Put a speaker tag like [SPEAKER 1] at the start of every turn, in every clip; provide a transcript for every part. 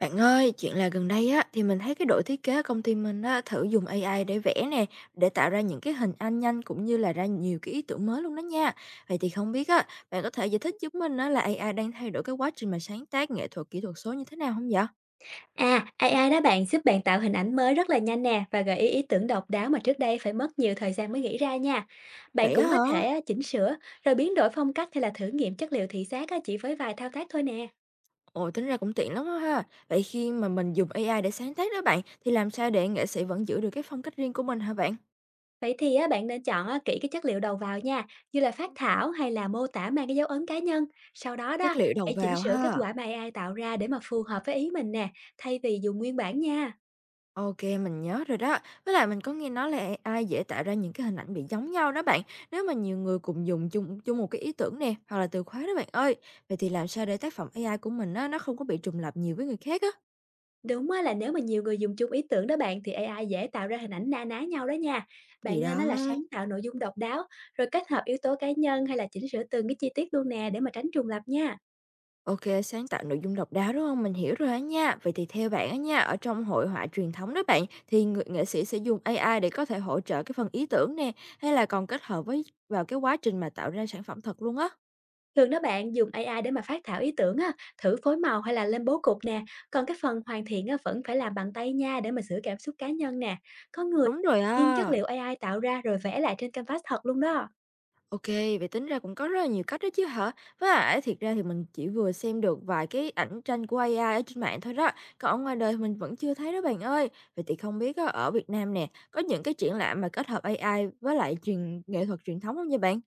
[SPEAKER 1] Bạn ơi, chuyện là gần đây á thì mình thấy cái đội thiết kế công ty mình á thử dùng AI để vẽ nè, để tạo ra những cái hình ảnh nhanh cũng như là ra nhiều cái ý tưởng mới luôn đó nha. Vậy thì không biết á, bạn có thể giải thích giúp mình á là AI đang thay đổi cái quá trình mà sáng tác nghệ thuật kỹ thuật số như thế nào không vậy?
[SPEAKER 2] À, AI đó bạn giúp bạn tạo hình ảnh mới rất là nhanh nè và gợi ý ý tưởng độc đáo mà trước đây phải mất nhiều thời gian mới nghĩ ra nha. Bạn
[SPEAKER 1] Vậy á
[SPEAKER 2] cũng có
[SPEAKER 1] hả?
[SPEAKER 2] thể chỉnh sửa rồi biến đổi phong cách hay là thử nghiệm chất liệu thị giác, chỉ với vài thao tác thôi nè.
[SPEAKER 1] Ồ, tính ra cũng tiện lắm á ha. Vậy khi mà mình dùng AI để sáng tác đó bạn, thì làm sao để nghệ sĩ vẫn giữ được cái phong cách riêng của mình hả bạn?
[SPEAKER 2] Vậy thì bạn nên chọn kỹ cái chất liệu đầu vào nha, như là phác thảo hay là mô tả mang cái dấu ấn cá nhân. Sau đó đó,
[SPEAKER 1] Chất liệu đầu
[SPEAKER 2] hãy chỉnh
[SPEAKER 1] vào
[SPEAKER 2] sửa kết
[SPEAKER 1] ha.
[SPEAKER 2] quả mà AI tạo ra để mà phù hợp với ý mình nè, thay vì dùng nguyên bản nha.
[SPEAKER 1] OK, mình nhớ rồi đó. Với lại mình có nghe nói là AI dễ tạo ra những cái hình ảnh bị giống nhau đó bạn, nếu mà nhiều người cùng dùng chung chung một cái ý tưởng nè, hoặc là từ khóa đó bạn ơi. Vậy thì làm sao để tác phẩm AI của mình á, nó không có bị trùng lặp nhiều với người khác á?
[SPEAKER 2] Đúng á, là nếu mà nhiều người dùng chung ý tưởng đó bạn thì AI dễ tạo ra hình ảnh na ná nhau đó nha.
[SPEAKER 1] Thì
[SPEAKER 2] Bạn nên
[SPEAKER 1] đó,
[SPEAKER 2] nó là sáng tạo nội dung độc đáo, rồi kết hợp yếu tố cá nhân hay là chỉnh sửa từng cái chi tiết luôn nè để mà tránh trùng lặp nha.
[SPEAKER 1] OK, sáng tạo nội dung độc đáo, đúng không? Mình hiểu rồi á nha. Vậy thì theo bạn á nha, ở trong hội họa truyền thống đó bạn, thì người nghệ sĩ sẽ dùng AI để có thể hỗ trợ cái phần ý tưởng nè, hay là còn kết hợp với vào cái quá trình mà tạo ra sản phẩm thật luôn á?
[SPEAKER 2] Thường đó bạn dùng AI để mà phát thảo ý tưởng á, thử phối màu hay là lên bố cục nè. Còn cái phần hoàn thiện á, vẫn phải làm bằng tay nha để mà sửa cảm xúc cá nhân nè. Có người
[SPEAKER 1] Đúng rồi
[SPEAKER 2] in chất
[SPEAKER 1] á.
[SPEAKER 2] liệu AI tạo ra rồi vẽ lại trên canvas thật luôn đó.
[SPEAKER 1] OK, vậy tính ra cũng có rất là nhiều cách đó chứ hả? Với lại thiệt ra thì mình chỉ vừa xem được vài cái ảnh tranh của AI ở trên mạng thôi đó, còn ở ngoài đời mình vẫn chưa thấy đó bạn ơi. Vậy thì không biết á, ở Việt Nam nè, có những cái triển lãm mà kết hợp AI với lại truyền nghệ thuật truyền thống không nha bạn?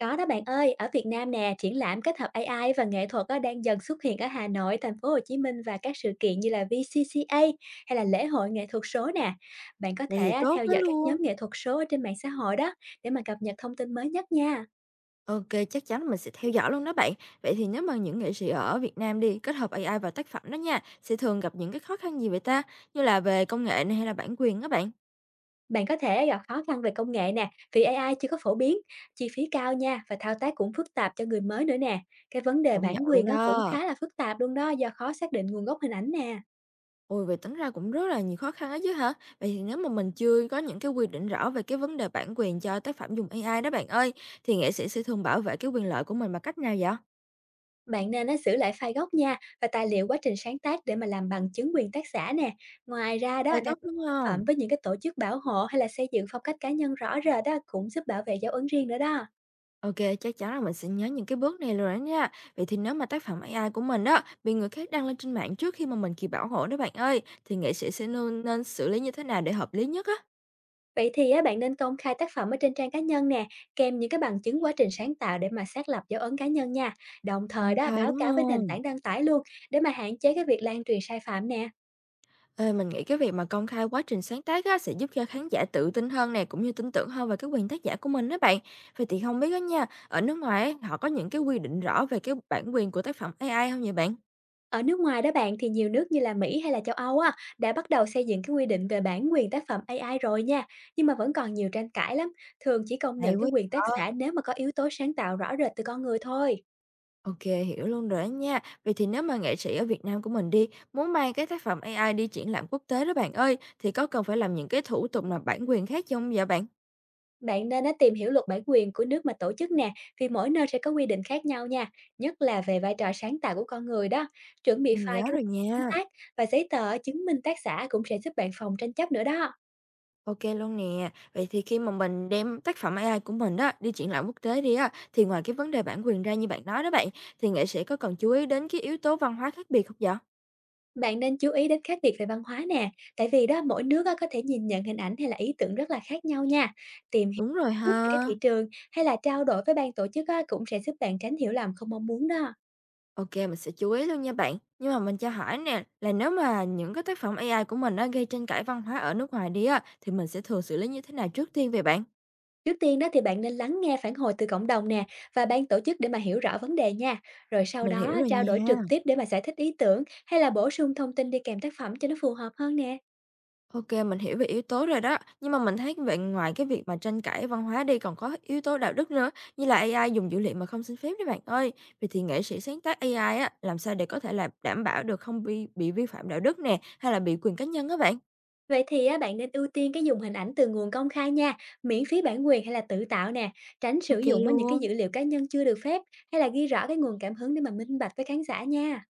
[SPEAKER 2] Có đó bạn ơi, ở Việt Nam nè, triển lãm kết hợp AI và nghệ thuật á, đang dần xuất hiện ở Hà Nội, thành phố Hồ Chí Minh và các sự kiện như là VCCA hay là lễ hội nghệ thuật số nè. Bạn có
[SPEAKER 1] Vậy
[SPEAKER 2] thể
[SPEAKER 1] thì
[SPEAKER 2] á,
[SPEAKER 1] tốt
[SPEAKER 2] theo
[SPEAKER 1] quá
[SPEAKER 2] dõi các nhóm
[SPEAKER 1] luôn.
[SPEAKER 2] nghệ thuật số ở trên mạng xã hội đó để mà cập nhật thông tin mới nhất nha.
[SPEAKER 1] OK, chắc chắn là mình sẽ theo dõi luôn đó bạn. Vậy thì nếu mà những nghệ sĩ ở Việt Nam đi kết hợp AI vào tác phẩm đó nha, sẽ thường gặp những cái khó khăn gì vậy ta? Như là về công nghệ này hay là bản quyền đó bạn?
[SPEAKER 2] Bạn có thể gặp khó khăn về công nghệ nè, vì AI chưa có phổ biến, chi phí cao nha và thao tác cũng phức tạp cho người mới nữa nè. Cái vấn đề
[SPEAKER 1] Công nhận
[SPEAKER 2] bản
[SPEAKER 1] luôn
[SPEAKER 2] quyền á, cũng
[SPEAKER 1] đó.
[SPEAKER 2] khá là phức tạp luôn đó do khó xác định nguồn gốc hình ảnh nè.
[SPEAKER 1] Ôi, vậy tính ra cũng rất là nhiều khó khăn ấy chứ hả? Vậy thì nếu mà mình chưa có những cái quy định rõ về cái vấn đề bản quyền cho tác phẩm dùng AI đó bạn ơi, thì nghệ sĩ sẽ thường bảo vệ cái quyền lợi của mình bằng cách nào vậy?
[SPEAKER 2] Bạn nên á, giữ lại file gốc nha và tài liệu quá trình sáng tác để mà làm bằng chứng quyền tác giả nè. Ngoài ra đó,
[SPEAKER 1] Tay
[SPEAKER 2] đặt
[SPEAKER 1] cấp đúng
[SPEAKER 2] tác phẩm
[SPEAKER 1] không?
[SPEAKER 2] với những cái tổ chức bảo hộ hay là xây dựng phong cách cá nhân rõ rệt đó cũng giúp bảo vệ dấu ấn riêng nữa đó.
[SPEAKER 1] Ok, chắc chắn là mình sẽ nhớ những cái bước này rồi đó nha. Vậy thì nếu mà tác phẩm AI của mình đó bị người khác đăng lên trên mạng trước khi mà mình kịp bảo hộ đó bạn ơi, thì nghệ sĩ sẽ nên xử lý như thế nào để hợp lý nhất á?
[SPEAKER 2] Vậy thì á, bạn nên công khai tác phẩm ở trên trang cá nhân nè, kèm những cái bằng chứng quá trình sáng tạo để mà xác lập dấu ấn cá nhân nha. Đồng thời
[SPEAKER 1] Công
[SPEAKER 2] đó
[SPEAKER 1] khai
[SPEAKER 2] báo
[SPEAKER 1] đúng
[SPEAKER 2] cáo với nền
[SPEAKER 1] không?
[SPEAKER 2] tảng đăng tải luôn để mà hạn chế cái việc lan truyền sai phạm nè.
[SPEAKER 1] Ê, mình nghĩ cái việc mà công khai quá trình sáng tác á, sẽ giúp cho khán giả tự tin hơn nè, cũng như tin tưởng hơn về cái quyền tác giả của mình đó bạn. Vậy thì không biết đó nha, ở nước ngoài ấy, họ có những cái quy định rõ về cái bản quyền của tác phẩm AI không vậy bạn?
[SPEAKER 2] Ở nước ngoài đó bạn thì nhiều nước như là Mỹ hay là châu Âu á đã bắt đầu xây dựng cái quy định về bản quyền tác phẩm AI rồi nha, nhưng mà vẫn còn nhiều tranh cãi lắm, thường chỉ công
[SPEAKER 1] Hay
[SPEAKER 2] nhận
[SPEAKER 1] quá.
[SPEAKER 2] cái quyền tác
[SPEAKER 1] Ờ,
[SPEAKER 2] giả nếu mà có yếu tố sáng tạo rõ rệt từ con người thôi.
[SPEAKER 1] Ok, hiểu luôn rồi đó nha. Vậy thì nếu mà nghệ sĩ ở Việt Nam của mình đi, muốn mang cái tác phẩm AI đi triển lãm quốc tế đó bạn ơi, thì có cần phải làm những cái thủ tục nào bản quyền khác không vậy bạn?
[SPEAKER 2] Bạn nên á, tìm hiểu luật bản quyền của nước mà tổ chức nè, vì mỗi nơi sẽ có quy định khác nhau nha, nhất là về vai trò sáng tạo của con người đó. Chuẩn bị
[SPEAKER 1] Mình
[SPEAKER 2] file
[SPEAKER 1] nhớ
[SPEAKER 2] cái
[SPEAKER 1] rồi
[SPEAKER 2] sáng
[SPEAKER 1] nha.
[SPEAKER 2] tác và giấy tờ chứng minh tác giả cũng sẽ giúp bạn phòng tranh chấp nữa đó.
[SPEAKER 1] OK luôn nè. Vậy thì khi mà mình đem tác phẩm AI của mình đó đi triển lãm quốc tế đi á, thì ngoài cái vấn đề bản quyền ra như bạn nói đó bạn, thì nghệ sĩ có cần chú ý đến cái yếu tố văn hóa khác biệt không vậy?
[SPEAKER 2] Bạn nên chú ý đến khác biệt về văn hóa nè, tại vì đó mỗi nước á, có thể nhìn nhận hình ảnh hay là ý tưởng rất là khác nhau nha. Tìm hiểu
[SPEAKER 1] Đúng rồi
[SPEAKER 2] trước về cái
[SPEAKER 1] ha.
[SPEAKER 2] thị trường hay là trao đổi với ban tổ chức á, cũng sẽ giúp bạn tránh hiểu lầm không mong muốn đó.
[SPEAKER 1] OK, mình sẽ chú ý luôn nha bạn. Nhưng mà mình cho hỏi nè, là nếu mà những cái tác phẩm AI của mình á, gây tranh cãi văn hóa ở nước ngoài đi á, thì mình sẽ thường xử lý như thế nào trước tiên vậy bạn?
[SPEAKER 2] Trước tiên đó thì bạn nên lắng nghe phản hồi từ cộng đồng nè và ban tổ chức để mà hiểu rõ vấn đề nha. Rồi sau
[SPEAKER 1] Mình hiểu
[SPEAKER 2] đó
[SPEAKER 1] rồi
[SPEAKER 2] trao đổi trực
[SPEAKER 1] nha.
[SPEAKER 2] tiếp để mà giải thích ý tưởng hay là bổ sung thông tin đi kèm tác phẩm cho nó phù hợp hơn nè.
[SPEAKER 1] Ok, mình hiểu về yếu tố rồi đó. Nhưng mà mình thấy vậy ngoài cái việc mà tranh cãi văn hóa đi còn có yếu tố đạo đức nữa, như là AI dùng dữ liệu mà không xin phép đấy bạn ơi. Vậy thì nghệ sĩ sáng tác AI á, làm sao để có thể là đảm bảo được không bị vi phạm đạo đức nè, hay là bị quyền cá nhân á bạn?
[SPEAKER 2] Vậy thì á, bạn nên ưu tiên cái dùng hình ảnh từ nguồn công khai nha, miễn phí bản quyền hay là tự tạo nè, tránh sử
[SPEAKER 1] Ok
[SPEAKER 2] dụng á, những cái
[SPEAKER 1] luôn.
[SPEAKER 2] dữ liệu cá nhân chưa được phép hay là ghi rõ cái nguồn cảm hứng để mà minh bạch với khán giả nha.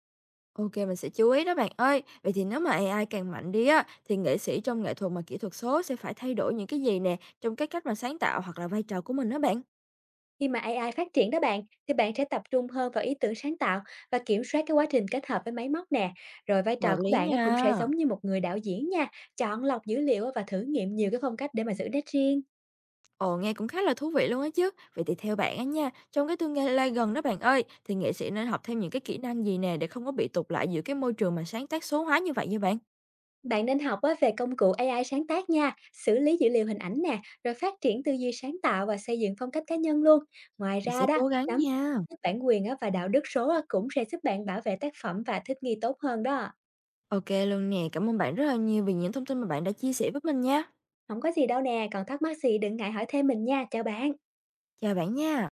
[SPEAKER 1] Ok, mình sẽ chú ý đó bạn ơi. Vậy thì nếu mà AI càng mạnh đi á, thì nghệ sĩ trong nghệ thuật mà kỹ thuật số sẽ phải thay đổi những cái gì nè, trong cái cách mà sáng tạo hoặc là vai trò của mình đó bạn.
[SPEAKER 2] Khi mà AI phát triển đó bạn, thì bạn sẽ tập trung hơn vào ý tưởng sáng tạo và kiểm soát cái quá trình kết hợp với máy móc nè. Rồi vai trò
[SPEAKER 1] Hợp
[SPEAKER 2] của
[SPEAKER 1] lý
[SPEAKER 2] bạn á, cũng sẽ
[SPEAKER 1] nha.
[SPEAKER 2] giống như một người đạo diễn nha, chọn lọc dữ liệu á và thử nghiệm nhiều cái phong cách để mà giữ nét riêng.
[SPEAKER 1] Ồ, nghe cũng khá là thú vị luôn á chứ. Vậy thì theo bạn á nha, trong cái tương lai gần đó bạn ơi, thì nghệ sĩ nên học thêm những cái kỹ năng gì nè để không có bị tụt lại giữa cái môi trường mà sáng tác số hóa như vậy nha bạn?
[SPEAKER 2] Bạn nên học á, về công cụ AI sáng tác nha, xử lý dữ liệu hình ảnh nè, rồi phát triển tư duy sáng tạo và xây dựng phong cách cá nhân luôn. Ngoài
[SPEAKER 1] Mình
[SPEAKER 2] ra
[SPEAKER 1] sẽ
[SPEAKER 2] đó,
[SPEAKER 1] cố gắng
[SPEAKER 2] nắm
[SPEAKER 1] nha.
[SPEAKER 2] vững bản quyền á, và đạo đức số á, cũng sẽ giúp bạn bảo vệ tác phẩm và thích nghi tốt hơn đó.
[SPEAKER 1] Ok luôn nè, cảm ơn bạn rất là nhiều vì những thông tin mà bạn đã chia sẻ với mình nha.
[SPEAKER 2] Không có gì đâu nè, còn thắc mắc gì đừng ngại hỏi thêm mình nha, chào bạn.
[SPEAKER 1] Chào bạn nha.